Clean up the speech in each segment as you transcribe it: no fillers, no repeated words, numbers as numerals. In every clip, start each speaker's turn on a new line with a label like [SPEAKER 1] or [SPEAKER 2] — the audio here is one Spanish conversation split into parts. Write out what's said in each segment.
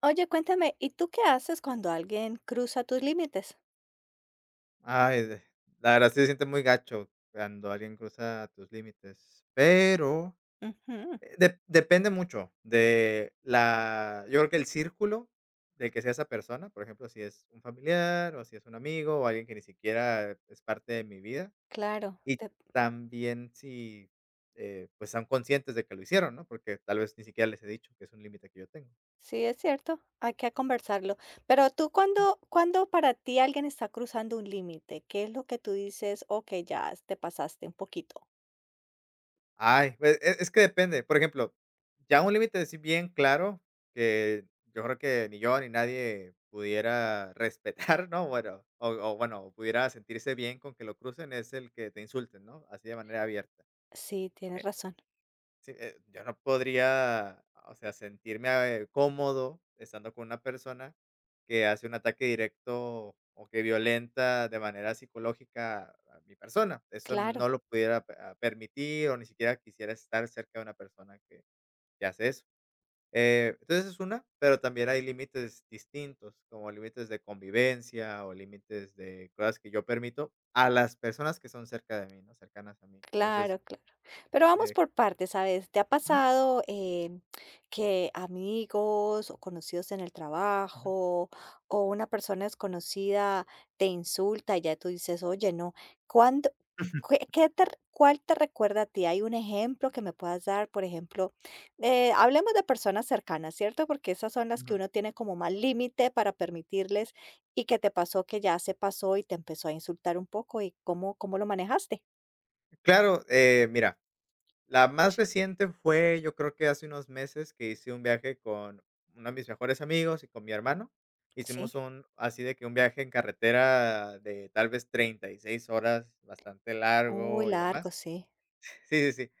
[SPEAKER 1] Oye, cuéntame, ¿y tú qué haces cuando alguien cruza tus límites?
[SPEAKER 2] Ay, de la verdad sí se siente muy gacho cuando alguien cruza tus límites, pero,
[SPEAKER 1] Ujú,
[SPEAKER 2] depende mucho de la yo creo que el círculo de que sea esa persona, por ejemplo, si es un familiar, o si es un amigo, o alguien que ni siquiera es parte de mi vida,
[SPEAKER 1] claro,
[SPEAKER 2] y también si, pues, son conscientes de que lo hicieron, ¿no? Porque tal vez ni siquiera les he dicho que es un límite que yo tengo.
[SPEAKER 1] sí es cierto, hay que conversarlo. Pero tú, cuando para ti alguien está cruzando un límite, ¿qué es lo que tú dices? Ok, ya te pasaste un poquito.
[SPEAKER 2] Ay, pues, es que depende. Por ejemplo, ya un límite así bien claro, que yo creo que ni yo ni nadie pudiera respetar, ¿no? Bueno, o bueno, pudiera sentirse bien con que lo crucen, es el que te insulten, ¿no? Así de manera abierta.
[SPEAKER 1] Sí, tienes razón.
[SPEAKER 2] Sí, yo no podría, o sea, sentirme, cómodo estando con una persona que hace un ataque directo o que violenta de manera psicológica a mi persona. Eso
[SPEAKER 1] Claro.
[SPEAKER 2] no lo pudiera permitir o ni siquiera quisiera estar cerca de una persona que hace eso. Entonces es una, pero también hay límites distintos, como límites de convivencia o límites de cosas que yo permito a las personas que son cerca de mí, ¿no? Cercanas a mí. Entonces,
[SPEAKER 1] Claro, claro. Pero vamos
[SPEAKER 2] diré,
[SPEAKER 1] por partes, ¿sabes? ¿Te ha
[SPEAKER 2] mm.
[SPEAKER 1] pasado que amigos o conocidos en el trabajo o una persona desconocida te insulta y ya tú dices, oye, no, ¿cuándo,
[SPEAKER 2] Ujú.
[SPEAKER 1] cuál te recuerda a ti? ¿Hay un ejemplo que me puedas dar? Por ejemplo, hablemos de personas cercanas, ¿cierto? Porque esas son las que uno tiene como más límite para permitirles y que te pasó que ya se pasó y te empezó a insultar un poco y cómo lo manejaste,
[SPEAKER 2] Claro, mira, la más reciente fue, yo creo que hace unos meses que hice un viaje con uno de mis mejores amigos y con mi hermano. Hicimos
[SPEAKER 1] ¿sí?
[SPEAKER 2] un, así de que un viaje en carretera de tal vez 36 horas, bastante
[SPEAKER 1] Uy,
[SPEAKER 2] largo y
[SPEAKER 1] largo,
[SPEAKER 2] demás.
[SPEAKER 1] sí.
[SPEAKER 2] Sí, sí, sí.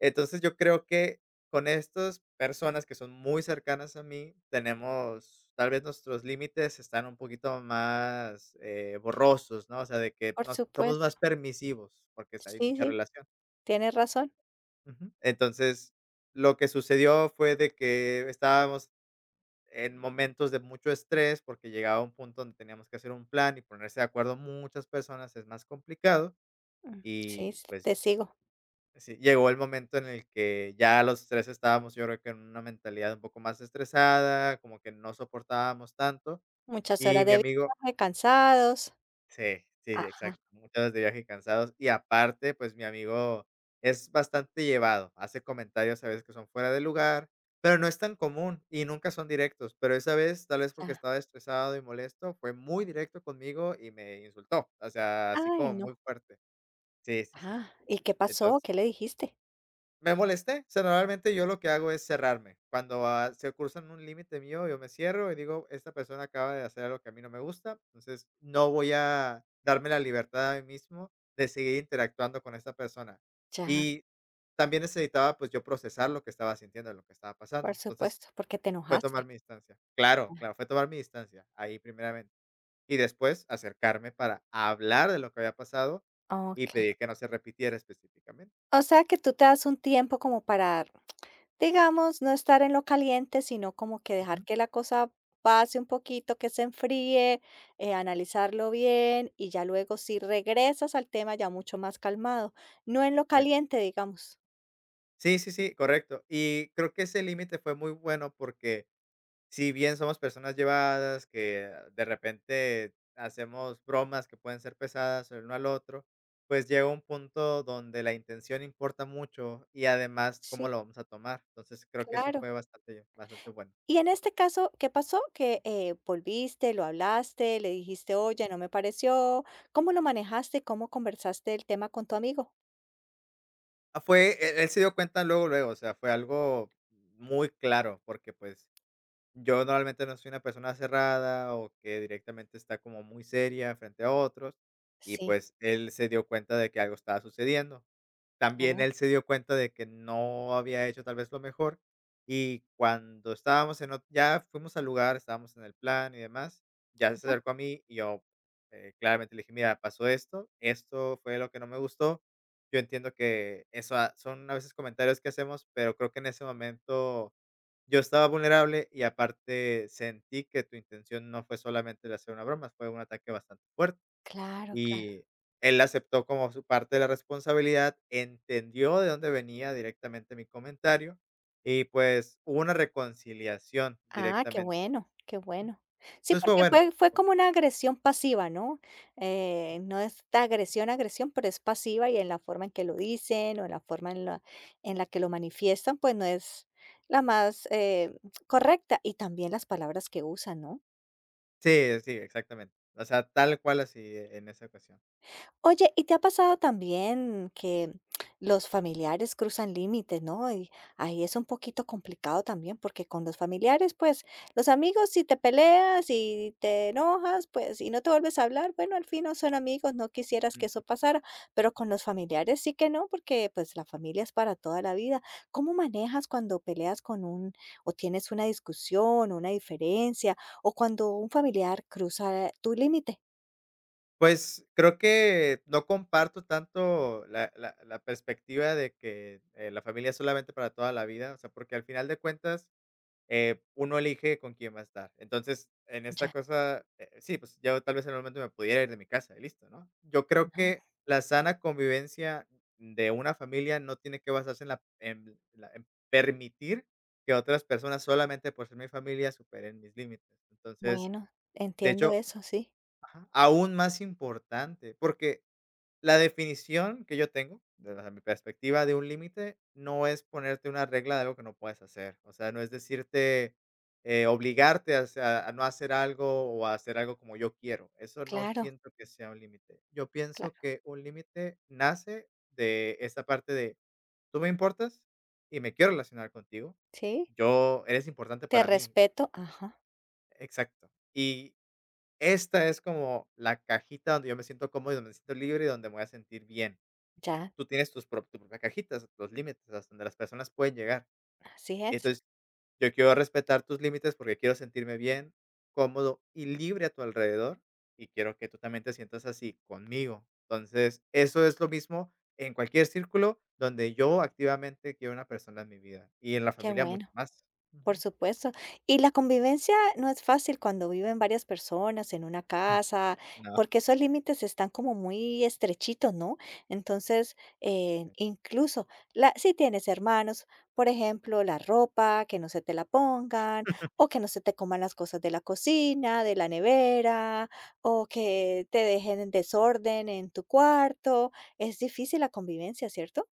[SPEAKER 2] Entonces yo creo que con estas personas que son muy cercanas a mí, tenemos, tal vez nuestros límites están un poquito más borrosos, ¿no? O sea, de que
[SPEAKER 1] Por
[SPEAKER 2] somos más
[SPEAKER 1] supuesto.
[SPEAKER 2] permisivos, porque hay
[SPEAKER 1] Sí,
[SPEAKER 2] mucha
[SPEAKER 1] sí,
[SPEAKER 2] relación.
[SPEAKER 1] tienes razón.
[SPEAKER 2] Ujú. Entonces, lo que sucedió fue de que estábamos en momentos de mucho estrés, porque llegaba un punto donde teníamos que hacer un plan y ponerse de acuerdo muchas personas es más complicado.
[SPEAKER 1] Mm, sí,
[SPEAKER 2] Y pues
[SPEAKER 1] te sigo.
[SPEAKER 2] sí, llegó el momento en el que ya los tres estábamos, yo creo que en una mentalidad un poco más estresada, como que no soportábamos tanto.
[SPEAKER 1] Muchas
[SPEAKER 2] Y
[SPEAKER 1] horas
[SPEAKER 2] mi
[SPEAKER 1] de
[SPEAKER 2] amigo,
[SPEAKER 1] viaje, cansados.
[SPEAKER 2] sí, sí, sí,
[SPEAKER 1] Ajá,
[SPEAKER 2] exacto. Muchas horas de viaje cansados. Y aparte, pues mi amigo es bastante llevado. Hace comentarios a veces que son fuera de lugar, pero no es tan común y nunca son directos. Pero esa vez, tal vez porque
[SPEAKER 1] ya.
[SPEAKER 2] estaba estresado y molesto, fue muy directo conmigo y me insultó. O sea, así
[SPEAKER 1] Ay,
[SPEAKER 2] como
[SPEAKER 1] no.
[SPEAKER 2] muy fuerte. Sí, sí, sí.
[SPEAKER 1] Ah, ¿y qué pasó?
[SPEAKER 2] Entonces
[SPEAKER 1] ¿Qué le dijiste?
[SPEAKER 2] me molesté, o sea, normalmente yo lo que hago es cerrarme. Cuando, se cruzan un límite mío, yo me cierro y digo: "Esta persona acaba de hacer algo que a mí no me gusta, entonces no voy a darme la libertad a mí mismo de seguir interactuando con esta persona".
[SPEAKER 1] Ya,
[SPEAKER 2] Y también necesitaba, pues, yo procesar lo que estaba sintiendo, lo que estaba pasando.
[SPEAKER 1] por
[SPEAKER 2] Entonces,
[SPEAKER 1] supuesto, porque te
[SPEAKER 2] fue tomar
[SPEAKER 1] enojaste.
[SPEAKER 2] mi distancia. Claro,
[SPEAKER 1] Ah,
[SPEAKER 2] claro, fue tomar mi distancia, ahí primeramente. Y después acercarme para hablar de lo que había pasado y
[SPEAKER 1] ok.
[SPEAKER 2] pedir que no se repitiera específicamente.
[SPEAKER 1] O sea que tú te das un tiempo como para digamos, no estar en lo caliente, sino como que dejar
[SPEAKER 2] Ujú.
[SPEAKER 1] que la cosa pase un poquito, que se enfríe, analizarlo bien y ya luego si regresas al tema ya mucho más calmado, no en lo
[SPEAKER 2] Sí.
[SPEAKER 1] caliente, digamos.
[SPEAKER 2] Sí, sí, sí, correcto. Y creo que ese límite fue muy bueno porque si bien somos personas llevadas, que de repente hacemos bromas que pueden ser pesadas el uno al otro, pues llega un punto donde la intención importa mucho y además
[SPEAKER 1] Sí,
[SPEAKER 2] cómo lo vamos a tomar. Entonces creo que eso
[SPEAKER 1] claro.
[SPEAKER 2] fue bastante, bastante bueno.
[SPEAKER 1] Y en este caso, ¿qué pasó? Que volviste, lo hablaste, le dijiste, oye, no me pareció. ¿Cómo lo manejaste? ¿Cómo conversaste el tema con tu amigo?
[SPEAKER 2] Ah, él se dio cuenta luego, luego, o sea, fue algo muy claro porque pues yo normalmente no soy una persona cerrada o que directamente está como muy seria frente a otros, y
[SPEAKER 1] Sí,
[SPEAKER 2] pues él se dio cuenta de que algo estaba sucediendo.
[SPEAKER 1] ya
[SPEAKER 2] También
[SPEAKER 1] veo.
[SPEAKER 2] él se dio cuenta de que no había hecho tal vez lo mejor, y cuando estábamos en ot ya fuimos al lugar, estábamos en el plan y demás, ya se
[SPEAKER 1] Ajá.
[SPEAKER 2] acercó a mí y yo, claramente le dije: "Mira, pasó esto, esto fue lo que no me gustó". Yo entiendo que eso a son a veces comentarios que hacemos, pero creo que en ese momento yo estaba vulnerable y aparte sentí que tu intención no fue solamente de hacer una broma, fue un ataque bastante fuerte.
[SPEAKER 1] Claro, claro.
[SPEAKER 2] Y él aceptó como su parte de la responsabilidad, entendió de dónde venía directamente mi comentario y, pues, hubo una reconciliación
[SPEAKER 1] Ah, qué
[SPEAKER 2] directamente.
[SPEAKER 1] bueno, qué
[SPEAKER 2] Ujú.
[SPEAKER 1] bueno. Sí,
[SPEAKER 2] Entonces, fue
[SPEAKER 1] porque
[SPEAKER 2] bueno.
[SPEAKER 1] fue como una agresión pasiva, ¿no? No es ta agresión, agresión, pero es pasiva y en la forma en que lo dicen o en la forma en la que lo manifiestan, pues no es la más, correcta, y también las palabras que usan, ¿no?
[SPEAKER 2] Sí, sí, exactamente. O sea, tal cual así en esa ocasión.
[SPEAKER 1] Oye, ¿y te ha pasado también que los familiares cruzan límites, ¿no? Y ahí es un poquito complicado también, porque con los familiares, pues, los amigos, si te peleas y te enojas, pues, y no te vuelves a hablar, bueno, al fin no son amigos, no quisieras que
[SPEAKER 2] Ujú.
[SPEAKER 1] eso pasara, pero con los familiares sí que no, porque pues la familia es para toda la vida. ¿Cómo manejas cuando peleas con un, o tienes una discusión, una diferencia, o cuando un familiar cruza tu límite?
[SPEAKER 2] Pues, creo que no comparto tanto la perspectiva de que, la familia es solamente para toda la vida, o sea, porque al final de cuentas uno elige con quién va a estar. Entonces, en esta
[SPEAKER 1] Ya.
[SPEAKER 2] cosa, sí, pues yo tal vez en el momento me pudiera ir de mi casa y listo, ¿no? Yo creo que la sana convivencia de una familia no tiene que basarse en, en permitir que otras personas solamente por ser mi familia superen mis límites. Entonces,
[SPEAKER 1] Bueno,
[SPEAKER 2] de
[SPEAKER 1] entiendo
[SPEAKER 2] hecho,
[SPEAKER 1] eso, sí.
[SPEAKER 2] ajá, aún más importante, porque la definición que yo tengo, desde mi perspectiva de un límite, no es ponerte una regla de algo que no puedes hacer. O sea, no es decirte, obligarte a no hacer algo o a hacer algo como yo quiero. Eso no
[SPEAKER 1] Claro,
[SPEAKER 2] siento que sea un límite. Yo pienso
[SPEAKER 1] claro.
[SPEAKER 2] que un límite nace de esta parte de tú me importas y me quiero relacionar contigo.
[SPEAKER 1] Sí,
[SPEAKER 2] Yo, eres importante
[SPEAKER 1] te
[SPEAKER 2] para mí.
[SPEAKER 1] respeto. Ajá,
[SPEAKER 2] Exacto. Y esta es como la cajita donde yo me siento cómodo y donde me siento libre y donde me voy a sentir bien,
[SPEAKER 1] ya,
[SPEAKER 2] tú tienes tus prop tu propia cajita, los límites hasta donde las personas pueden llegar.
[SPEAKER 1] así es.
[SPEAKER 2] Entonces, yo quiero respetar tus límites porque quiero sentirme bien, cómodo y libre a tu alrededor, y quiero que tú también te sientas así conmigo. Entonces, eso es lo mismo en cualquier círculo donde yo activamente quiero una persona en mi vida, y en la
[SPEAKER 1] Qué
[SPEAKER 2] familia mucho
[SPEAKER 1] bueno.
[SPEAKER 2] más.
[SPEAKER 1] Por
[SPEAKER 2] Ujú.
[SPEAKER 1] supuesto. Y la convivencia no es fácil cuando viven varias personas en una
[SPEAKER 2] Mm,
[SPEAKER 1] casa,
[SPEAKER 2] no.
[SPEAKER 1] porque esos límites están como muy estrechitos, ¿no? Entonces, incluso la, si tienes hermanos, por ejemplo, la ropa, que no se te la pongan, o que no se te coman las cosas de la cocina, de la nevera, o que te dejen en desorden en tu cuarto. Es difícil la convivencia, ¿cierto?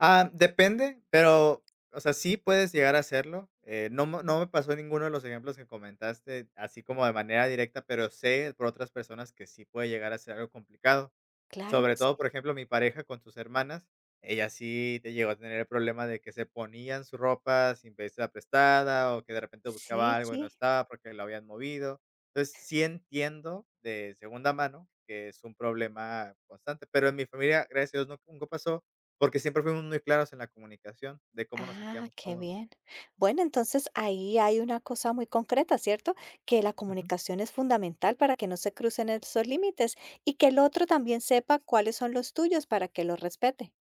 [SPEAKER 2] Ah, depende, pero, o sea, sí puedes llegar a hacerlo. No me pasó ninguno de los ejemplos que comentaste, así como de manera directa, pero sé por otras personas que sí puede llegar a ser algo complicado.
[SPEAKER 1] Claro, que
[SPEAKER 2] Sobre
[SPEAKER 1] sí,
[SPEAKER 2] todo, por ejemplo, mi pareja con sus hermanas, ella sí te llegó a tener el problema de que se ponían su ropa sin pedírsela prestada, o que de repente buscaba
[SPEAKER 1] sí,
[SPEAKER 2] algo y no
[SPEAKER 1] sí.
[SPEAKER 2] estaba porque lo habían movido. Entonces, sí entiendo de segunda mano que es un problema constante, pero en mi familia, gracias a Dios, nu nunca pasó, porque siempre fuimos muy claros en la comunicación de cómo nos
[SPEAKER 1] Ah,
[SPEAKER 2] sentíamos
[SPEAKER 1] qué
[SPEAKER 2] cómodos.
[SPEAKER 1] bien. Bueno, entonces ahí hay una cosa muy concreta, ¿cierto? Que la comunicación es fundamental para que no se crucen esos límites y que el otro también sepa cuáles son los tuyos para que los respete.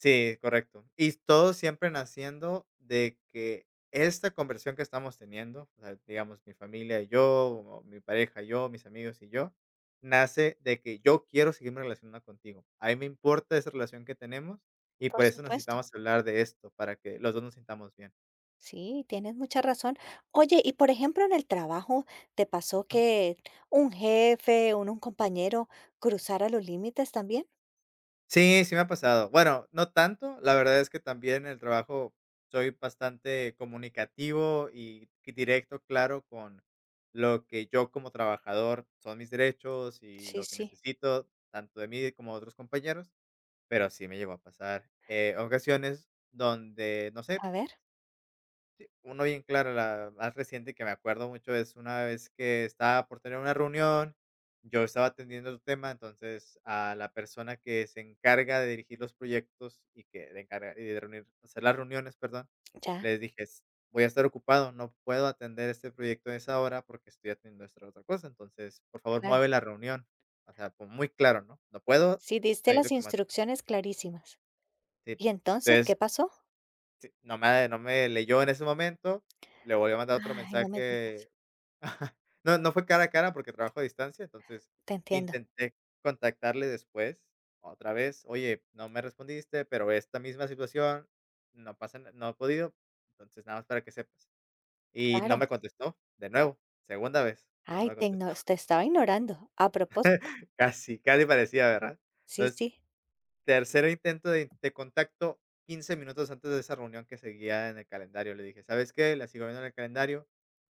[SPEAKER 2] Sí, correcto. Y todo siempre naciendo de que esta conversión que estamos teniendo, o sea, digamos, mi familia y yo, o mi pareja y yo, mis amigos y yo, nace de que yo quiero seguirme relacionando contigo. A mí me importa esa relación que tenemos y
[SPEAKER 1] Por
[SPEAKER 2] por eso
[SPEAKER 1] supuesto.
[SPEAKER 2] necesitamos hablar de esto, para que los dos nos sintamos bien.
[SPEAKER 1] Sí, tienes mucha razón. Oye, y por ejemplo, en el trabajo, ¿te pasó que un jefe o un compañero cruzara los límites también?
[SPEAKER 2] Sí, sí me ha pasado. Bueno, no tanto, la verdad es que también en el trabajo soy bastante comunicativo y directo, claro, con lo que yo como trabajador son mis derechos y
[SPEAKER 1] Sí,
[SPEAKER 2] lo que
[SPEAKER 1] sí.
[SPEAKER 2] necesito, tanto de mí como de otros compañeros, pero sí me llegó a pasar, ocasiones donde, no sé,
[SPEAKER 1] A ver,
[SPEAKER 2] sí, una bien claro la más reciente que me acuerdo mucho es una vez que estaba por tener una reunión, yo estaba atendiendo el tema, entonces a la persona que se encarga de dirigir los proyectos y que de encargar y de reunir, hacer las reuniones, perdón,
[SPEAKER 1] ya,
[SPEAKER 2] les dije: "Es- voy a estar ocupado, no puedo atender este proyecto a esa hora porque estoy atendiendo esta otra cosa, entonces por favor
[SPEAKER 1] claro.
[SPEAKER 2] mueve la reunión. O sea, pues, muy claro, ¿no? No puedo,
[SPEAKER 1] Sí, diste las
[SPEAKER 2] necesito que más".
[SPEAKER 1] instrucciones clarísimas.
[SPEAKER 2] Sí.
[SPEAKER 1] ¿Y entonces
[SPEAKER 2] Entonces
[SPEAKER 1] qué pasó?
[SPEAKER 2] sí, no me leyó en ese momento, le volví a mandar otro
[SPEAKER 1] Ay, no me digas.
[SPEAKER 2] mensaje. No, no fue cara a cara porque trabajo a distancia, entonces
[SPEAKER 1] Te entiendo.
[SPEAKER 2] intenté contactarle después, otra vez: "Oye, no me respondiste, pero esta misma situación, no pasa na no he podido, entonces nada más para que sepas". Y no
[SPEAKER 1] Claro.
[SPEAKER 2] me contestó, de nuevo, segunda vez que no
[SPEAKER 1] Ay,
[SPEAKER 2] me contestó.
[SPEAKER 1] te estaba ignorando. A propósito.
[SPEAKER 2] Casi, casi parecía, ¿verdad?
[SPEAKER 1] Sí,
[SPEAKER 2] Entonces
[SPEAKER 1] sí.
[SPEAKER 2] tercer intento de contacto, 15 minutos antes de esa reunión que seguía en el calendario. Le dije: "¿Sabes qué? La sigo viendo en el calendario,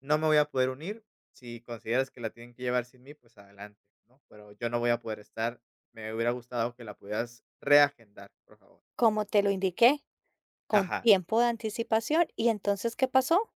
[SPEAKER 2] no me voy a poder unir. Si consideras que la tienen que llevar sin mí, pues adelante, ¿no? Pero yo no voy a poder estar. Me hubiera gustado que la pudieras reagendar, por favor".
[SPEAKER 1] Como te lo indiqué, con
[SPEAKER 2] Ajá.
[SPEAKER 1] tiempo de anticipación. ¿Y entonces qué pasó?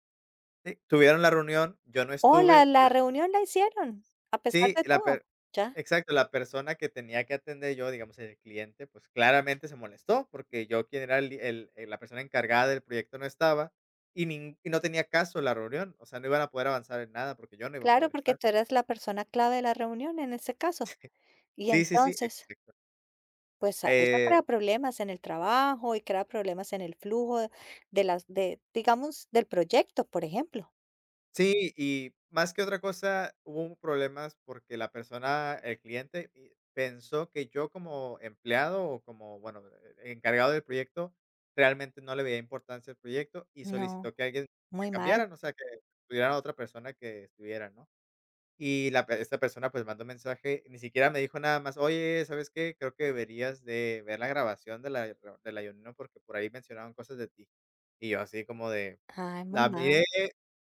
[SPEAKER 2] Sí, tuvieron la reunión, yo no
[SPEAKER 1] Oh, la,
[SPEAKER 2] estuve.
[SPEAKER 1] la reunión la hicieron, a pesar
[SPEAKER 2] Sí,
[SPEAKER 1] de
[SPEAKER 2] la
[SPEAKER 1] todo.
[SPEAKER 2] per
[SPEAKER 1] Ya.
[SPEAKER 2] exacto, la persona que tenía que atender yo, digamos, el cliente, pues, claramente se molestó, porque yo, quien era el li el la persona encargada del proyecto, no estaba, y nin y no tenía caso la reunión, o sea, no iban a poder avanzar en nada, porque yo no iba a
[SPEAKER 1] Claro,
[SPEAKER 2] poder
[SPEAKER 1] porque
[SPEAKER 2] estar.
[SPEAKER 1] tú eres la persona clave de la reunión en ese caso. Y
[SPEAKER 2] Sí, sí, sí,
[SPEAKER 1] entonces,
[SPEAKER 2] exacto.
[SPEAKER 1] pues eso crea
[SPEAKER 2] Eh
[SPEAKER 1] problemas en el trabajo y crea problemas en el flujo de, digamos, del proyecto, por ejemplo.
[SPEAKER 2] Sí, y más que otra cosa, hubo problemas porque la persona, el cliente, pensó que yo, como empleado o como, bueno, encargado del proyecto, realmente no le veía importancia al proyecto y
[SPEAKER 1] No,
[SPEAKER 2] solicitó que alguien que
[SPEAKER 1] muy mal.
[SPEAKER 2] cambiaran, o sea, que tuvieran a otra persona que estuviera, ¿no? Y la pe esta persona, pues, mandó un mensaje, ni siquiera me dijo nada más: "Oye, ¿sabes qué? Creo que deberías de ver la grabación de la reunión, porque por ahí mencionaban cosas de ti". Y yo así como de,
[SPEAKER 1] Ay, muy
[SPEAKER 2] la
[SPEAKER 1] mal.
[SPEAKER 2] miré,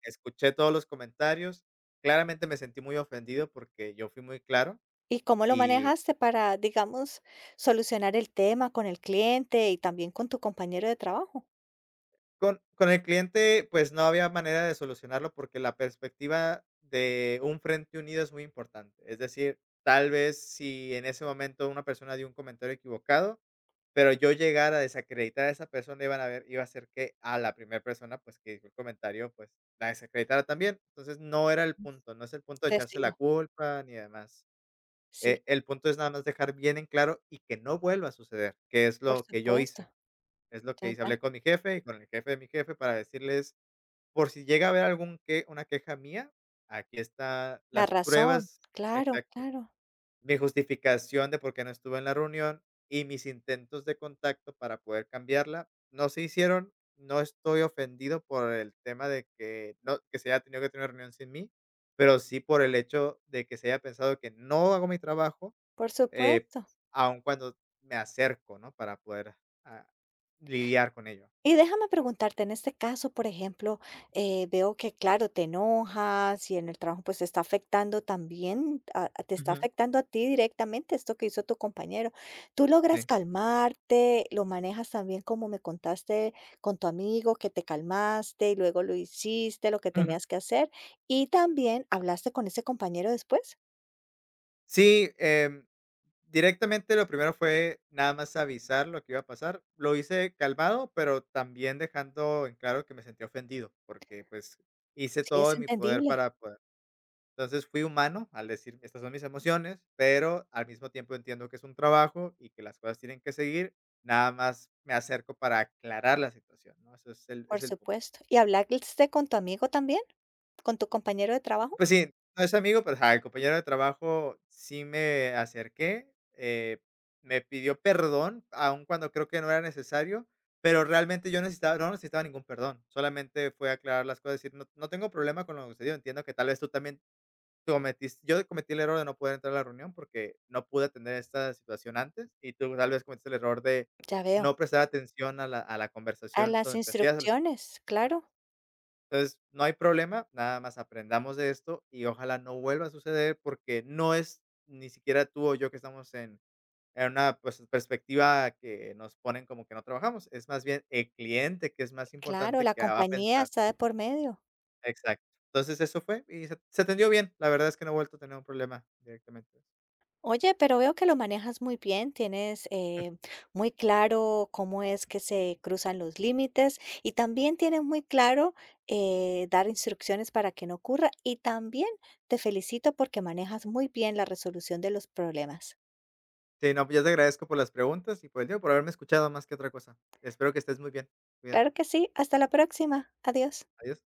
[SPEAKER 2] escuché todos los comentarios, claramente me sentí muy ofendido porque yo fui muy claro.
[SPEAKER 1] ¿Y cómo lo
[SPEAKER 2] Y
[SPEAKER 1] manejaste para, digamos, solucionar el tema con el cliente y también con tu compañero de trabajo?
[SPEAKER 2] con el cliente, pues, no había manera de solucionarlo, porque la perspectiva de un frente unido es muy importante. Es decir, tal vez si en ese momento una persona dio un comentario equivocado. Pero yo llegar a desacreditar a esa persona iba a ser que a la primera persona, pues, que dijo el comentario, pues, la desacreditara también. Entonces, no era el punto, no es el punto de echarse la
[SPEAKER 1] Testigo,
[SPEAKER 2] culpa ni demás.
[SPEAKER 1] sí,
[SPEAKER 2] El punto es nada más dejar bien en claro y que no vuelva a suceder, que es
[SPEAKER 1] por
[SPEAKER 2] lo que yo
[SPEAKER 1] supuesto.
[SPEAKER 2] hice. Es lo
[SPEAKER 1] Ya,
[SPEAKER 2] que hice,
[SPEAKER 1] ya.
[SPEAKER 2] hablé con mi jefe y con el jefe de mi jefe para decirles: "Por si llega a haber algún que una queja mía, aquí está
[SPEAKER 1] La
[SPEAKER 2] las
[SPEAKER 1] razón,
[SPEAKER 2] pruebas".
[SPEAKER 1] claro,
[SPEAKER 2] Exacto.
[SPEAKER 1] claro,
[SPEAKER 2] Mi justificación de por qué no estuve en la reunión y mis intentos de contacto para poder cambiarla no se hicieron. No estoy ofendido por el tema de que, no, que se haya tenido que tener una reunión sin mí, pero sí por el hecho de que se haya pensado que no hago mi trabajo,
[SPEAKER 1] por
[SPEAKER 2] eh,
[SPEAKER 1] supuesto.
[SPEAKER 2] aun cuando me acerco, ¿no? Para poder ah, lidiar con ello.
[SPEAKER 1] Y déjame preguntarte, en este caso, por ejemplo, veo que, claro, te enojas y en el trabajo pues te está afectando también, te está
[SPEAKER 2] Ujú,
[SPEAKER 1] afectando a ti directamente esto que hizo tu compañero. ¿Tú logras
[SPEAKER 2] sí.
[SPEAKER 1] calmarte? ¿Lo manejas también como me contaste con tu amigo, que te calmaste y luego lo hiciste, lo que tenías que hacer? Y también hablaste con ese compañero después.
[SPEAKER 2] Sí, directamente lo primero fue nada más avisar lo que iba a pasar. Lo hice calmado, pero también dejando en claro que me sentí ofendido, porque, pues, hice
[SPEAKER 1] Sí,
[SPEAKER 2] todo
[SPEAKER 1] es
[SPEAKER 2] en mi poder
[SPEAKER 1] entendible,
[SPEAKER 2] para poder. Entonces, fui humano al decir: "Estas son mis emociones", pero al mismo tiempo entiendo que es un trabajo y que las cosas tienen que seguir. Nada más me acerco para aclarar la situación, ¿no? Eso es
[SPEAKER 1] por
[SPEAKER 2] el punto.
[SPEAKER 1] supuesto. ¿Y hablaste con tu amigo también, con tu compañero de trabajo?
[SPEAKER 2] Pues sí, no es amigo, pero ajá, el compañero de trabajo sí, me acerqué, eh, me pidió perdón, aun cuando creo que no era necesario, pero realmente yo necesitaba no necesitaba ningún perdón, solamente fue aclarar las cosas, decir: No tengo problema con lo que sucedió, entiendo que tal vez tú también cometiste, yo cometí el error de no poder entrar a la reunión porque no pude atender esta situación antes, y tú tal vez cometiste el error de
[SPEAKER 1] Ya veo.
[SPEAKER 2] no prestar atención a la
[SPEAKER 1] A
[SPEAKER 2] conversación
[SPEAKER 1] las
[SPEAKER 2] donde te hacías".
[SPEAKER 1] instrucciones, claro,
[SPEAKER 2] Entonces, no hay problema, nada más aprendamos de esto y ojalá no vuelva a suceder, porque no es ni siquiera tú o yo que estamos en una, pues, perspectiva que nos ponen como que no trabajamos, es más bien el cliente, que es más
[SPEAKER 1] claro,
[SPEAKER 2] importante,
[SPEAKER 1] la
[SPEAKER 2] que va a
[SPEAKER 1] compañía
[SPEAKER 2] pensar.
[SPEAKER 1] está de por medio.
[SPEAKER 2] Exacto. Entonces eso fue y se atendió bien. La verdad es que no he vuelto a tener un problema directamente.
[SPEAKER 1] Oye, pero veo que lo manejas muy bien, tienes muy claro cómo es que se cruzan los límites y también tienes muy claro dar instrucciones para que no ocurra y también te felicito porque manejas muy bien la resolución de los problemas.
[SPEAKER 2] Sí, no, pues yo te agradezco por las preguntas y por el tiempo, por haberme escuchado más que otra cosa. Espero que estés muy bien. Cuídate.
[SPEAKER 1] Claro que sí, hasta la próxima, adiós.
[SPEAKER 2] Adiós.